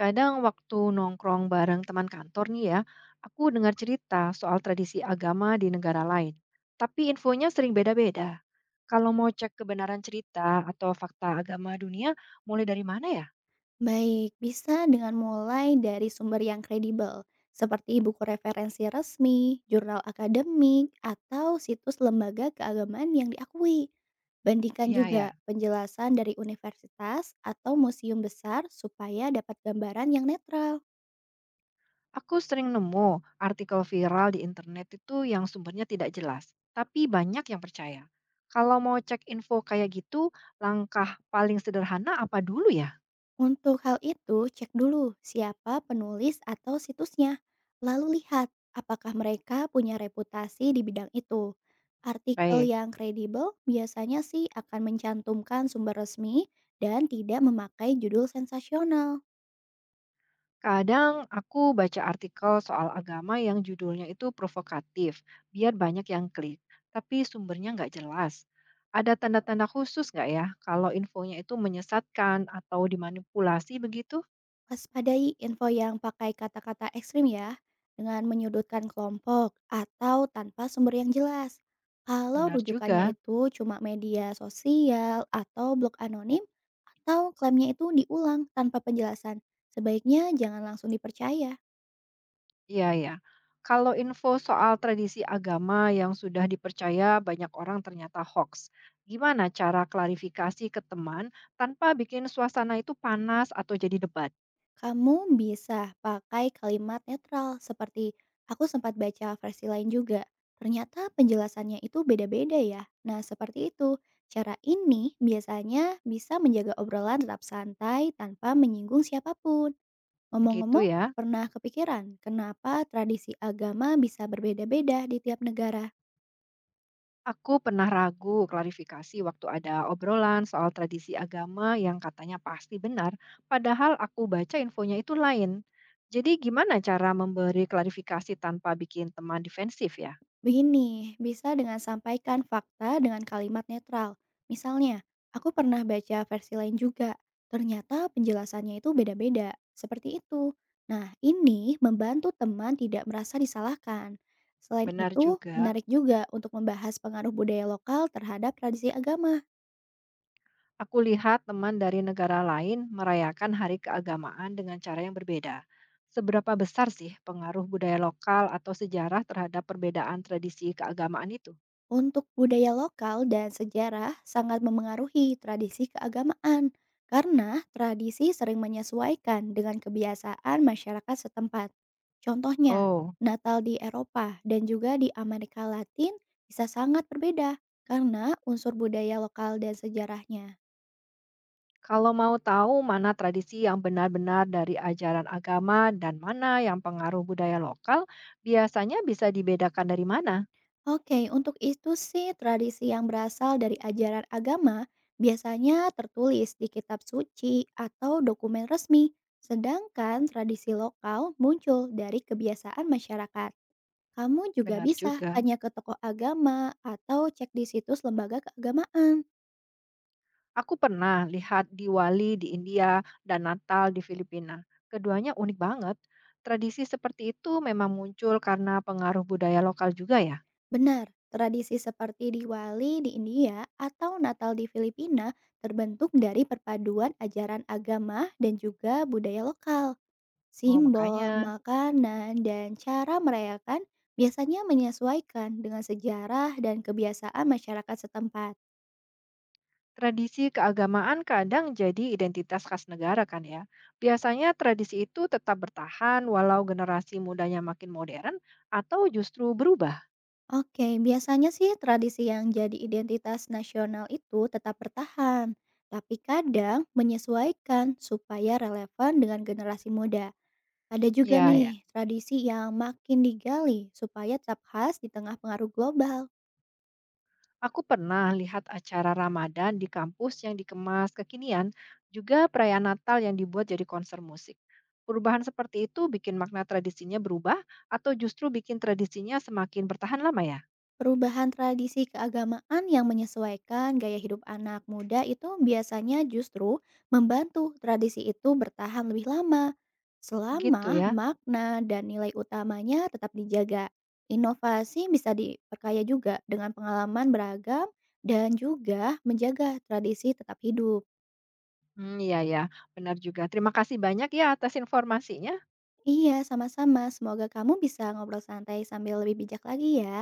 Kadang waktu nongkrong bareng teman kantor nih ya, aku dengar cerita soal tradisi agama di negara lain. Tapi infonya sering beda-beda. Kalau mau cek kebenaran cerita atau fakta agama dunia, mulai dari mana ya? Baik, bisa dengan mulai dari sumber yang kredibel, seperti buku referensi resmi, jurnal akademik, atau situs lembaga keagamaan yang diakui. Bandingkan Iya ya. juga penjelasan dari universitas atau museum besar supaya dapat gambaran yang netral. Aku sering nemu artikel viral di internet itu yang sumbernya tidak jelas, tapi banyak yang percaya. Kalau mau cek info kayak gitu, langkah paling sederhana apa dulu ya? Untuk hal itu, cek dulu siapa penulis atau situsnya, lalu lihat apakah mereka punya reputasi di bidang itu. Artikel Baik. yang kredibel biasanya sih akan mencantumkan sumber resmi dan tidak memakai judul sensasional. Kadang aku baca artikel soal agama yang judulnya itu provokatif, biar banyak yang klik, tapi sumbernya nggak jelas. Ada tanda-tanda khusus nggak ya kalau infonya itu menyesatkan atau dimanipulasi begitu? Waspadai info yang pakai kata-kata ekstrim ya, dengan menyudutkan kelompok atau tanpa sumber yang jelas. Kalau Benar rujukannya juga. itu cuma media sosial atau blog anonim, atau klaimnya itu diulang tanpa penjelasan, sebaiknya jangan langsung dipercaya. Iya ya. Kalau info soal tradisi agama yang sudah dipercaya banyak orang ternyata hoax. Gimana cara klarifikasi ke teman tanpa bikin suasana itu panas atau jadi debat? Kamu bisa pakai kalimat netral seperti aku sempat baca versi lain juga. Ternyata penjelasannya itu beda-beda ya. Nah, seperti itu. Cara ini biasanya bisa menjaga obrolan tetap santai tanpa menyinggung siapapun. Begitu Ngomong-ngomong, ya. pernah kepikiran kenapa tradisi agama bisa berbeda-beda di tiap negara? Aku pernah ragu klarifikasi waktu ada obrolan soal tradisi agama yang katanya pasti benar, padahal aku baca infonya itu lain. Jadi gimana cara memberi klarifikasi tanpa bikin teman defensif ya? Begini, bisa dengan sampaikan fakta dengan kalimat netral. Misalnya, aku pernah baca versi lain juga. Ternyata penjelasannya itu beda-beda. Seperti itu. Nah, ini membantu teman tidak merasa disalahkan. Selain Benar itu, juga, menarik juga untuk membahas pengaruh budaya lokal terhadap tradisi agama. aku lihat teman dari negara lain merayakan hari keagamaan dengan cara yang berbeda. Seberapa besar sih pengaruh budaya lokal atau sejarah terhadap perbedaan tradisi keagamaan itu? Untuk budaya lokal dan sejarah sangat memengaruhi tradisi keagamaan karena tradisi sering menyesuaikan dengan kebiasaan masyarakat setempat. Contohnya, Oh. Natal di Eropa dan juga di Amerika Latin bisa sangat berbeda karena unsur budaya lokal dan sejarahnya. Kalau mau tahu mana tradisi yang benar-benar dari ajaran agama dan mana yang pengaruh budaya lokal, biasanya bisa dibedakan dari mana. Oke, untuk itu sih tradisi yang berasal dari ajaran agama biasanya tertulis di kitab suci atau dokumen resmi, sedangkan tradisi lokal muncul dari kebiasaan masyarakat. Kamu juga Benar bisa juga. tanya ke tokoh agama atau cek di situs lembaga keagamaan. Aku pernah lihat Diwali di India dan Natal di Filipina. Keduanya unik banget. Tradisi seperti itu memang muncul karena pengaruh budaya lokal juga ya. Benar, tradisi seperti Diwali di India atau Natal di Filipina terbentuk dari perpaduan ajaran agama dan juga budaya lokal. Oh, Simbol, makanya. makanan, dan cara merayakan biasanya menyesuaikan dengan sejarah dan kebiasaan masyarakat setempat. Tradisi keagamaan kadang jadi identitas khas negara kan ya. Biasanya tradisi itu tetap bertahan walau generasi mudanya makin modern atau justru berubah. Oke, biasanya sih tradisi yang jadi identitas nasional itu tetap bertahan, tapi kadang menyesuaikan supaya relevan dengan generasi muda. Ada juga Ya, nih ya. tradisi yang makin digali supaya tetap khas di tengah pengaruh global. Aku pernah lihat acara Ramadan di kampus yang dikemas kekinian, juga perayaan Natal yang dibuat jadi konser musik. Perubahan seperti itu bikin makna tradisinya berubah atau justru bikin tradisinya semakin bertahan lama ya? Perubahan tradisi keagamaan yang menyesuaikan gaya hidup anak muda itu biasanya justru membantu tradisi itu bertahan lebih lama, selama Begitu ya. makna dan nilai utamanya tetap dijaga. Inovasi bisa diperkaya juga dengan pengalaman beragam dan juga menjaga tradisi tetap hidup. Hmm, iya ya, benar juga. Terima kasih banyak ya atas informasinya. Iya, sama-sama. Semoga kamu bisa ngobrol santai sambil lebih bijak lagi ya.